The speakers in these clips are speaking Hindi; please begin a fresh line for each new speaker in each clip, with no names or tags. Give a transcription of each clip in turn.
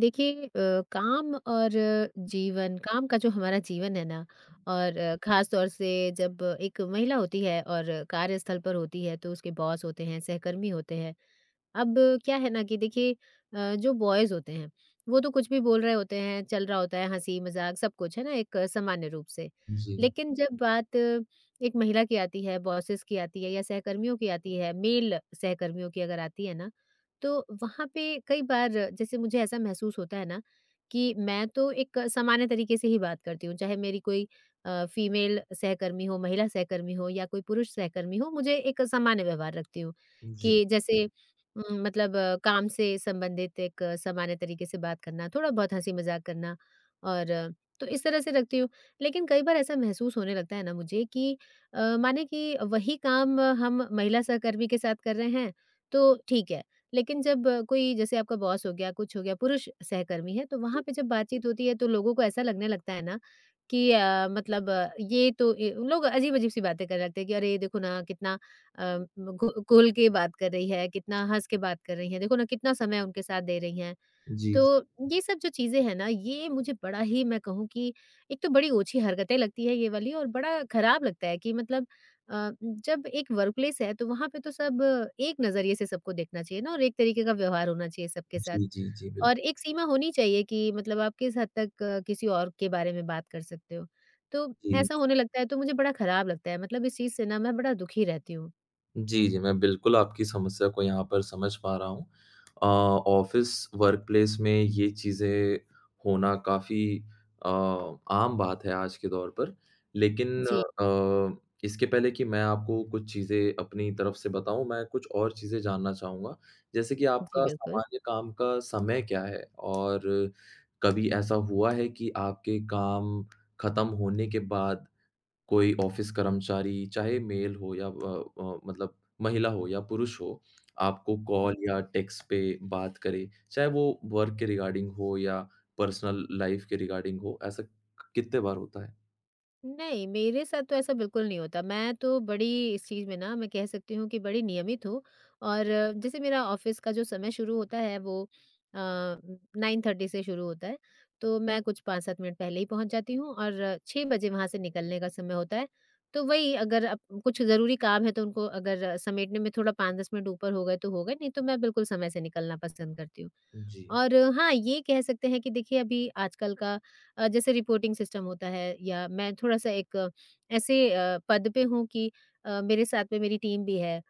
देखिए, काम और जीवन काम का जो हमारा जीवन है ना। और खास तौर से जब एक महिला होती है और कार्यस्थल पर होती है, तो उसके बॉस होते हैं, सहकर्मी होते हैं। अब क्या है ना कि देखिए, जो बॉयज होते हैं वो तो कुछ भी बोल रहे होते हैं, चल रहा होता है, हंसी मजाक सब कुछ है ना, एक सामान्य रूप से।
जी,
लेकिन जब बात एक महिला की आती है, बॉसेस की आती है या सहकर्मियों की आती है, मेल सहकर्मियों की अगर आती है ना, तो वहाँ पे कई बार जैसे मुझे ऐसा महसूस होता है ना कि मैं तो एक सामान्य तरीके से ही बात करती हूँ, चाहे मेरी कोई फीमेल सहकर्मी हो, महिला सहकर्मी हो या कोई पुरुष सहकर्मी हो, मुझे एक सामान्य व्यवहार रखती हूँ।
जी,
कि जैसे मतलब काम से संबंधित एक सामान्य तरीके से बात करना, थोड़ा बहुत हँसी-मज़ाक करना और तो इस तरह से रखती हूँ। लेकिन कई बार ऐसा महसूस होने लगता है ना मुझे कि माने कि वही काम हम महिला सहकर्मी के साथ कर रहे हैं, तो ठीक है। लेकिन जब कोई जैसे आपका बॉस हो गया, कुछ हो गया, पुरुष सहकर्मी है, तो वहाँ पे जब बातचीत होती है तो लोगों को ऐसा लगने लगता है ना कि मतलब ये तो ए लोग अजीब-अजीब सी बातें करने लगते हैं कि अरे, ये देखो ना कितना अ, घु घुल के बात कर रही है, कितना हँस के बात कर रही हैं, देखो ना कितना समय उनके साथ दे रही हैं। तो
जी,
ये सब जो चीज़ें हैं ना, ये मुझे बड़ा ही मैं कहूँ कि एक तो बड़ी ओछी हरकतें लगती है ये वाली और बड़ा खराब लगता है कि मतलब जब एक वर्क प्लेस है तो वहाँ पे तो सब एक नज़रिए से सबको देखना चाहिए ना और एक तरीके का व्यवहार होना चाहिए सबके साथ।
जी, जी, जी,
और
बिल्कुल,
एक सीमा होनी चाहिए कि मतलब आप किस हद तक किसी और के बारे में बात कर सकते हो। तो
जी।
ऐसा होने लगता है तो मुझे बड़ा खराब लगता है, मतलब इस चीज़ से ना मैं बड़ा दुखी रहती हूँ।
जी, जी, मैं बिल्कुल आपकी समस्या को यहाँ पर समझ पा रहा हूँ। ऑफ़िस वर्कप्लेस में ये चीज़ें होना काफ़ी अ, आम बात है आज के दौर पर। लेकिन
जी।
इसके पहले कि मैं आपको कुछ चीज़ें अपनी तरफ से बताऊँ, मैं कुछ और चीज़ें जानना चाहूँगा। जैसे कि
जी,
आपका
बिल्कुल।
सामान्य काम का समय क्या है? और कभी ऐसा हुआ है कि आपके काम खत्म होने के बाद कोई ऑफिस कर्मचारी, चाहे मेल हो या मतलब महिला हो या पुरुष हो, आपको
हुँ।
कॉल या टेक्स्ट पे बात करे, चाहे वो वर्क के रिगार्डिंग हो या पर्सनल लाइफ के रिगार्डिंग हो, ऐसा कितने बार होता है?
नहीं, मेरे साथ तो ऐसा बिल्कुल नहीं होता। मैं तो बड़ी इस चीज़ में ना मैं कह सकती हूँ कि बड़ी नियमित हूँ और जैसे मेरा ऑफ़िस का जो समय शुरू होता है वो 9:30 से शुरू होता है, तो मैं कुछ 5-7 मिनट पहले ही पहुँच जाती हूँ और 6 बजे वहाँ से निकलने का समय होता है। तो वही अगर अप कुछ ज़रूरी काम है तो उनको अगर समेटने में थोड़ा 5-10 मिनट ऊपर हो गए तो हो गए, नहीं तो मैं बिल्कुल समय से निकलना पसंद करती हूँ।
जी।
और हाँ, ये कह सकते हैं कि देखिए अभी आजकल का जैसे रिपोर्टिंग सिस्टम होता है या मैं थोड़ा-सा एक ऐसे पद पे हूँ कि मेरे साथ में मेरी टीम भी है,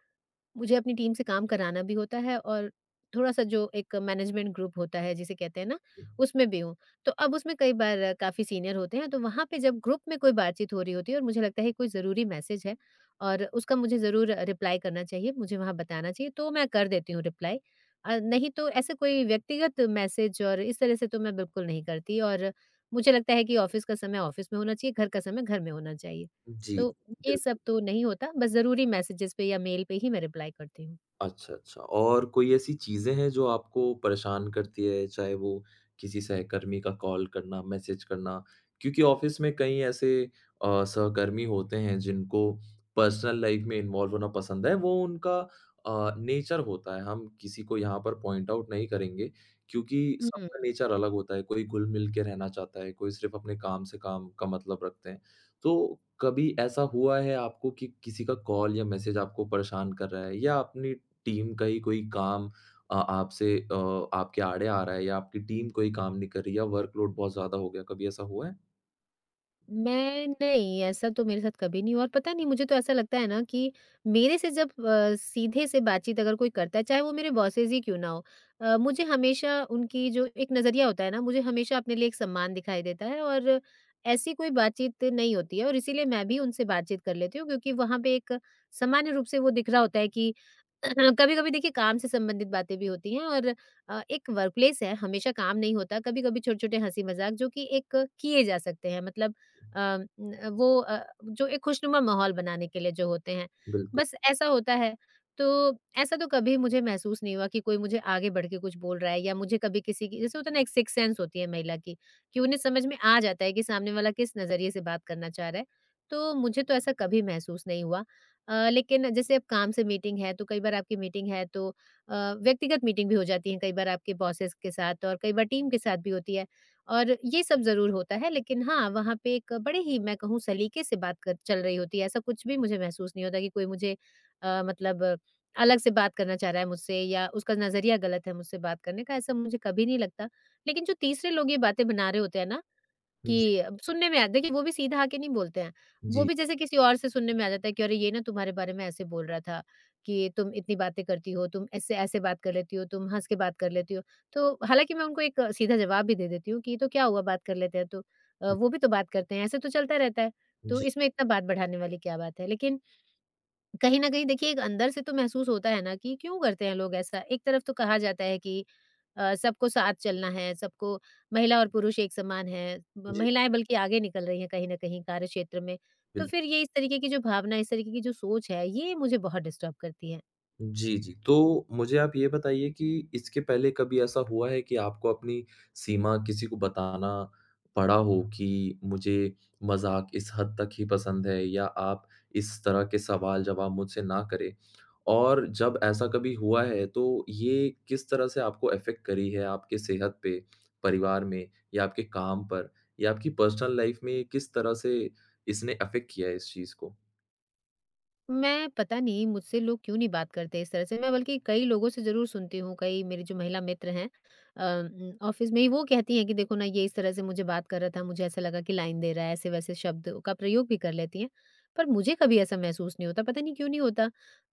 मुझे अपनी टीम से काम कराना भी होता है और थोड़ा-सा जो एक मैनेजमेंट ग्रुप होता है जिसे कहते हैं ना, उसमें भी हूँ। तो अब उसमें कई बार काफ़ी सीनियर होते हैं, तो वहाँ पे जब ग्रुप में कोई बातचीत हो रही होती है और मुझे लगता है कोई ज़रूरी मैसेज है और उसका मुझे ज़रूर रिप्लाई करना चाहिए, मुझे वहाँ बताना चाहिए, तो मैं कर देती हूँ रिप्लाई। नहीं तो ऐसे कोई व्यक्तिगत मैसेज और इस तरह से तो मैं बिल्कुल नहीं करती और मुझे लगता है कि ऑफ़िस का समय ऑफ़िस में होना चाहिए, घर का समय घर में होना चाहिए।
जी,
तो ये
बिल
सब तो नहीं होता, बस ज़रूरी मैसेजेज़ पे या मेल पे ही मैं रिप्लाई करती हूँ।
अच्छा, अच्छा। और कोई ऐसी चीज़ें हैं जो आपको परेशान करती है, चाहे वो किसी सहकर्मी का कॉल करना, मैसेज करना? क्योंकि ऑफ़िस में कई ऐसे सहकर्मी होते हैं जिनको पर्सनल लाइफ़ में इन्वॉल्व होना पसंद है, वो उनका नेचर होता है। हम किसी को यहाँ पर पॉइंट आउट नहीं करेंगे क्योंकि
हुँ।
सबका नेचर अलग होता है। कोई घुल-मिल के रहना चाहता है, कोई सिर्फ़ अपने काम से काम का मतलब रखते हैं। तो कभी ऐसा हुआ है आपको कि किसी का कॉल या मैसेज आपको परेशान कर रहा है या अपनी टीम का ही कोई काम आपसे आपके आड़े आ रहा है या आपकी टीम कोई काम नहीं कर रही या वर्कलोड बहुत ज़्यादा हो गया, कभी ऐसा हुआ है?
मैं नहीं, ऐसा तो मेरे साथ कभी नहीं हुआ और पता नहीं मुझे तो ऐसा लगता है ना कि मेरे से जब सीधे से बातचीत अगर कोई करता है, चाहे वो मेरे बॉसेज़ ही क्यों ना हो, मुझे हमेशा उनकी जो एक नज़रिया होता है ना, मुझे हमेशा अपने लिए एक सम्मान दिखाई देता है और ऐसी कोई बातचीत नहीं होती है और इसीलिए मैं भी उनसे बातचीत कर लेती हूँ क्योंकि वहाँ पे एक सामान्य रूप से वो दिख रहा होता है कि हाँ, कभी-कभी देखिए काम से संबंधित बातें भी होती हैं और एक वर्कप्लेस है, हमेशा काम नहीं होता, कभी-कभी छोटे-छोटे हँसी-मज़ाक जो कि एक किए जा सकते हैं, मतलब अ, न वो अ, जो एक खुशनुमा माहौल बनाने के लिए जो होते हैं,
बिल्कुल।
बस ऐसा होता है। तो ऐसा तो कभी मुझे महसूस नहीं हुआ कि कोई मुझे आगे बढ़ के कुछ बोल रहा है या मुझे कभी किसी की जैसे होता है ना, एक सिक्स्थ सेंस होती है महिला की, कि उन्हें समझ में आ जाता है कि सामने वाला किस नज़रिए से बात करना चाह रहा है, तो मुझे तो ऐसा कभी महसूस नहीं हुआ। लेकिन जैसे अब काम से मीटिंग है तो कई बार आपकी मीटिंग है तो व्यक्तिगत मीटिंग भी हो जाती है, कई बार आपके बॉसेस के साथ और कई बार टीम के साथ भी होती है और ये सब ज़रूर होता है, लेकिन हाँ, वहाँ पे एक बड़े ही मैं कहूँ सलीके से बात कर चल रही होती है। ऐसा कुछ भी मुझे महसूस नहीं होता कि कोई मुझे मतलब अलग से बात करना चाह रहा है मुझसे या उसका नज़रिया गलत है मुझसे बात करने का, ऐसा मुझे कभी नहीं लगता। लेकिन जो तीसरे लोग ये बातें बना रहे होते हैं ना
जी,
कि सुनने में आ देखिए वो भी सीधा आके नहीं बोलते हैं। वो
जी,
भी जैसे किसी और से सुनने में आ जाता है कि अरे ये ना तुम्हारे बारे में ऐसे बोल रहा था कि तुम इतनी बातें करती हो, तुम ऐसे ऐसे बात कर लेती हो, तुम हँस के बात कर लेती हो। तो हालाँकि मैं उनको एक सीधा जवाब भी दे देती हूँ कि ये तो क्या हुआ बात कर लेते हैं तो। वो भी तो बात करते हैं, ऐसे तो चलता रहता है। तो
जी,
इसमें इतना बात बढ़ाने वाली क्या बात है? लेकिन कहीं न कहीं देखिए एक अंदर से तो महसूस होता है ना कि क्यों करते हैं लोग ऐसा? एक तरफ तो कहा जाता है कि सबको साथ चलना है, सबको महिला और पुरुष एक समान हैं, म
जी,
महिलाएँ बल्कि आगे निकल रही हैं कहीं न कहीं कार्यक्षेत्र में। तो
बिल्कुल।
फिर ये इस तरीके की जो भावना, इस तरीके की जो सोच है, ये मुझे बहुत डिस्टर्ब करती है।
जी, जी। तो मुझे आप ये बताइए कि इसके पहले कभी ऐसा हुआ है कि आपको अपनी सीमा किसी को बताना पड़ा हो कि मुझे मज़ाक इस हद तक ही पसंद है या आप इस तरह के सवाल जवाब मुझसे ना करें? और जब ऐसा कभी हुआ है तो ये किस तरह से आपको इफ़ेक्ट करी है आपके सेहत पे, परिवार में या आपके काम पर या आपकी पर्सनल लाइफ़ में ये किस तरह से इसने इफ़ेक्ट किया है इस चीज़ को?
मैं पता नहीं मुझसे लोग क्यों नहीं बात करते इस तरह से, मैं बल्कि कई लोगों से ज़रूर सुनती हूँ, कई मेरी जो महिला मित्र हैं ऑफ़िस में ही वो कहती हैं कि देखो ना ये इस तरह से मुझे बात कर रहा था, मुझे ऐसा लगा कि लाइन दे रहा है, ऐसे-वैसे शब्द का प्रयोग भी कर लेती हैं। पर मुझे कभी ऐसा महसूस नहीं होता, पता नहीं क्यों नहीं होता?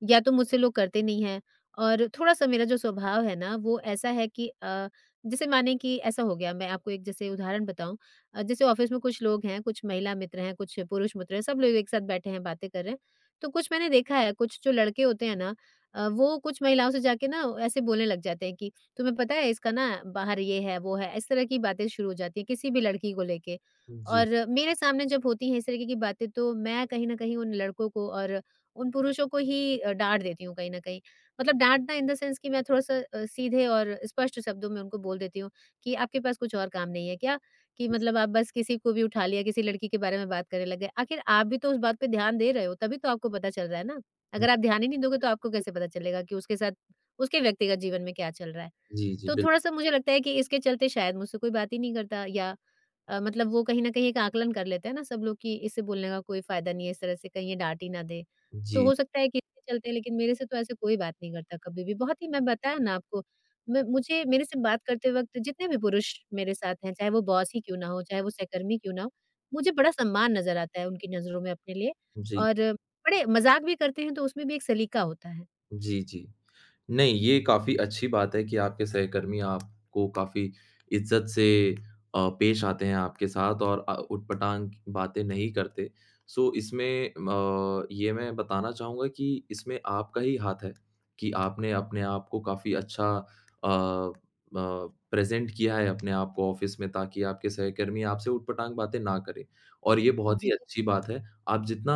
या तो मुझसे लोग करते नहीं हैं और थोड़ा-सा मेरा जो स्वभाव है ना वो ऐसा है कि जैसे माने कि ऐसा हो गया, मैं आपको एक जैसे उदाहरण बताऊँ। जैसे ऑफ़िस में कुछ लोग हैं, कुछ महिला मित्र हैं, कुछ पुरुष मित्र हैं, सब लोग एक साथ बैठे हैं, बातें कर रहे हैं। तो कुछ मैंने देखा है, कुछ जो लड़के होते हैं ना वो कुछ महिलाओं से जाके ना ऐसे बोलने लग जाते हैं कि तुम्हें पता है इसका ना बाहर ये है, वो है, इस तरह की बातें शुरू हो जाती हैं किसी भी लड़की को लेके।
जी।
और मेरे सामने जब होती हैं इस तरीके की बातें तो मैं कहीं न कहीं उन लड़कों को और उन पुरुषों को ही डाँट देती हूँ कहीं न कहीं। मतलब डाँटना इन द सेंस कि मैं थोड़ा-सा सीधे और स्पष्ट शब्दों में उनको बोल देती हूँ कि आपके पास कुछ और काम नहीं है क्या? कि मतलब आप बस किसी को भी उठा लिया, किसी लड़की के बारे में बात करने लग गए। आखिर आप भी तो उस बात पे ध्यान दे रहे हो, तभी तो आपको पता चल रहा है ना। अगर आप ध्यान ही नहीं दोगे तो आपको कैसे पता चलेगा कि उसके साथ उसके व्यक्तिगत जीवन में क्या चल रहा है?
जी, जी,
तो
बिल
थोड़ा-सा मुझे लगता है कि इसके चलते शायद मुझसे कोई बात ही नहीं करता या मतलब वो कहीं न कहीं एक आकलन कर लेते हैं ना सब लोग कि इससे बोलने का कोई फ़ायदा नहीं है, इस तरह से कहीं ये डाँट ही ना दे। तो
जी,
हो सकता है कि इसके चलते, लेकिन मेरे से तो ऐसे कोई बात नहीं करता कभी भी। बहुत ही मैं बताया ना आपको, मैं मुझे मेरे से बात करते वक़्त जितने भी पुरुष मेरे साथ हैं, चाहे वो बॉस ही क्यों ना हो, चाहे वो सहकर्मी क्यों ना हो, मुझे बड़ा सम्मान नज़र आता है उनकी नज़रों में अपने लिए
जी।
और बड़े मज़ाक भी करते हैं तो उसमें भी एक सलीका होता है।
जी, जी। नहीं, ये काफ़ी अच्छी बात है कि आपके सहकर्मी आपको काफ़ी इज़्ज़त से पेश आते हैं आपके साथ और ऊट-पटांग बातें नहीं करते। सो इसमें ये मैं बताना चाहूँगा कि इसमें आपका ही हाथ है कि आपने अपने आप को काफ़ी अच्छा अ अ, प्रेज़ेंट किया है अपने आप को ऑफ़िस में ताकि आपके सहकर्मी आपसे ऊट-पटांग बातें ना करें और ये बहुत
जी।
ही अच्छी बात है। आप जितना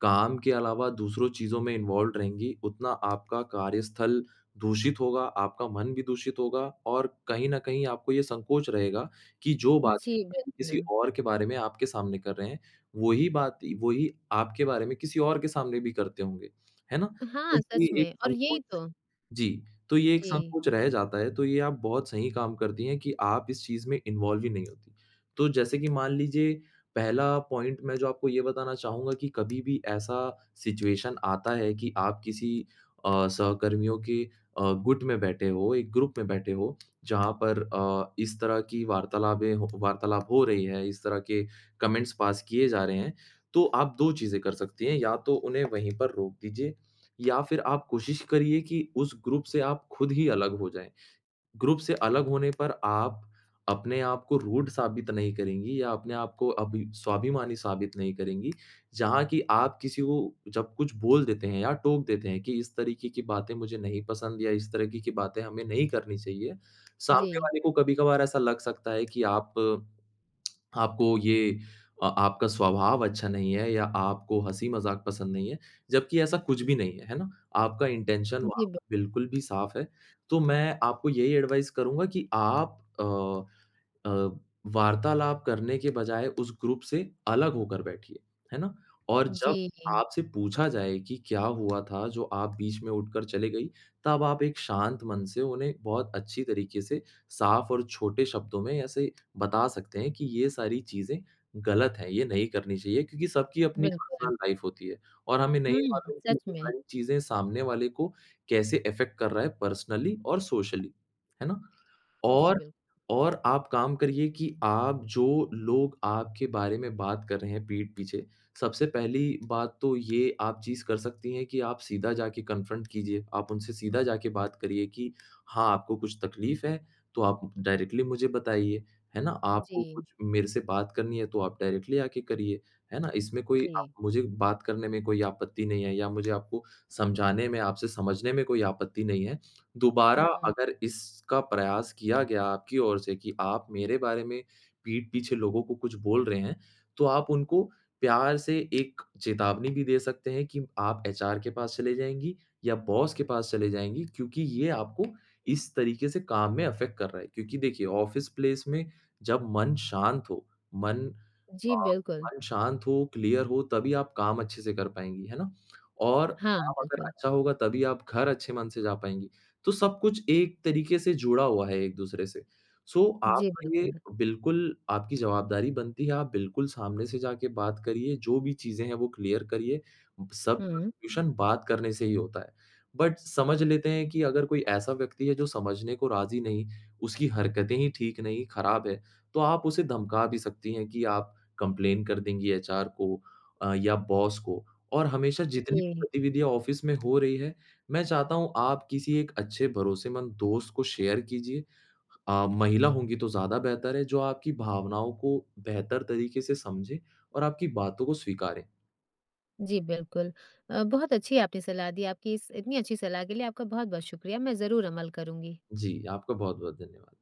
काम के अलावा दूसरों चीज़ों में इन्वॉल्व्ड रहेंगी, उतना आपका कार्यस्थल दूषित होगा, आपका मन भी दूषित होगा और कहीं न कहीं आपको ये संकोच रहेगा कि जो
जी,
बातें
बिल्कुल।
किसी और के बारे में आपके सामने कर रहे हैं, वही बात वही आपके बारे में किसी और के सामने भी करते होंगे, है ना? तो
हाँ,
ये
सच
एक
में और यही
संकोच
तो।
जी, तो ये एक
जी,
संकोच रह जाता है, तो ये आप बहुत सही काम करती हैं कि आप इस चीज़ में इन्वॉल्व ही नहीं होती। तो जैसे कि मान लीजिए, पहला पॉइंट मैं जो आपको ये बताना चाहूँगा कि कभी भी ऐसा सिचुएशन आता है कि आप किसी सहकर्मियों के गुट में बैठे हो, एक ग्रुप में बैठे हो, जहाँ पर इस तरह की वार्तालाप हो रही है, इस तरह के कमेंट्स पास किए जा रहे हैं, तो आप 2 चीज़ें कर सकती हैं, या तो उन्हें वहीं पर रोक दीजिए या फिर आप कोशिश करिए कि उस ग्रुप से आप खुद ही अलग हो जाएँ। ग्रुप से अलग होने पर आप अपने आप को रूड साबित नहीं करेंगी या अपने आप को अभी स्वाभिमानी साबित नहीं करेंगी। जहाँ कि आप किसी को जब कुछ बोल देते हैं या टोक देते हैं कि इस तरीके की बातें मुझे नहीं पसंद या इस तरह की बातें हमें नहीं करनी चाहिए, सामने
जी।
वाले को कभी-कभार ऐसा लग सकता है कि आप आपको ये अ, आपका स्वभाव अच्छा नहीं है या आपको हँसी-मज़ाक पसंद नहीं है, जबकि ऐसा कुछ भी नहीं है, है ना? आपका इंटेंशन
जी,
वहाँ
बिल
पर बिल्कुल भी साफ़ है। तो मैं आपको यही एडवाइस करूँगा कि आप अ, वार्तालाप करने के बजाय उस ग्रुप से अलग होकर बैठिए, है ना? और जब
जी,
आपसे पूछा जाए कि क्या हुआ था जो आप बीच में उठकर चले गई, तब आप एक शांत मन से उन्हें बहुत अच्छी तरीके से साफ और छोटे शब्दों में ऐसे बता सकते हैं कि ये सारी चीज़ें गलत हैं, ये नहीं करनी चाहिए, क्योंकि सबकी अपनी
बिल्कुल।
पर्सनल लाइफ़ होती है और हमें नहीं
हुँ,
मालूम कि
सच
ये
में।
सारी चीज़ें सामने वाले को कैसे अफ़ेक्ट कर रहा है पर्सनली और सोशली, है ना?
जी,
और
बिल्कुल।
और आप काम करिए कि आप जो लोग आपके बारे में बात कर रहे हैं पीठ पीछे, सबसे पहली बात तो ये आप चीज़ कर सकती हैं कि आप सीधा जाके कन्फ्रंट कीजिए। आप उनसे सीधा जाके बात करिए कि हाँ, आपको कुछ तकलीफ़ है, तो आप डायरेक्टली मुझे बताइए, है ना? आपको
जी,
कुछ मेरे से बात करनी है, तो आप डायरेक्टली आके करिए, है ना? इसमें कोई
जी।
आप मुझे बात करने में कोई आपत्ति नहीं है या मुझे आपको समझाने में, आपसे समझने में कोई आपत्ति नहीं है। दोबारा
हुँ,
अगर इसका प्रयास किया गया आपकी ओर से कि आप मेरे बारे में पीठ पीछे लोगों को कुछ बोल रहे हैं, तो आप उनको प्यार से एक चेतावनी भी दे सकते हैं कि आप एचआर के पास चले जाएँगी या बॉस के पास चले जाएँगी, क्योंकि ये आपको इस तरीके से काम में अफ़ेक्ट कर रहा है। क्योंकि देखिए, ऑफ़िस प्लेस में जब मन शांत हो, मन
जी,
हाँ,
बिल्कुल।
मन शांत हो, क्लियर हो तभी आप काम अच्छे से कर पाएँगी, है ना? और
हाँ,
काम अगर
बिल्कुल।
अच्छा होगा तभी आप घर अच्छे मन से जा पाएँगी। तो सब कुछ एक तरीके से जुड़ा हुआ है एक-दूसरे से। सो,
जी,
आपका ये
बिल्कुल।
बिल्कुल आपकी जवाबदारी बनती है, आप बिल्कुल सामने से जाके बात करिए, जो भी चीज़ें हैं वो क्लियर करिए। सबका
हुँ,
सॉल्यूशन बात करने से ही होता है। बट समझ लेते हैं कि अगर कोई ऐसा व्यक्ति है जो समझने को राज़ी नहीं, उसकी हरकतें ही ठीक नहीं, खराब है, तो आप उसे धमका भी सकती हैं कि आप कंप्लेन कर देंगी एचआर को या बॉस को। और हमेशा जितनी
जी,
भी गतिविधियाँ ऑफिस में हो रही है, मैं चाहता हूँ आप किसी एक अच्छे भरोसेमंद दोस्त को शेयर कीजिए। महिला होंगी तो ज़्यादा बेहतर है, जो आपकी भावनाओं को बेहतर तरीके से समझे और आपकी बातों को स्वीकारे।
जी, बिल्कुल। बहुत अच्छी आपने सलाह दी। आपकी इस इतनी अच्छी सलाह के लिए आपका बहुत-बहुत शुक्रिया। मैं ज़रूर अमल करूँगी।
जी, आपका बहुत-बहुत धन्यवाद।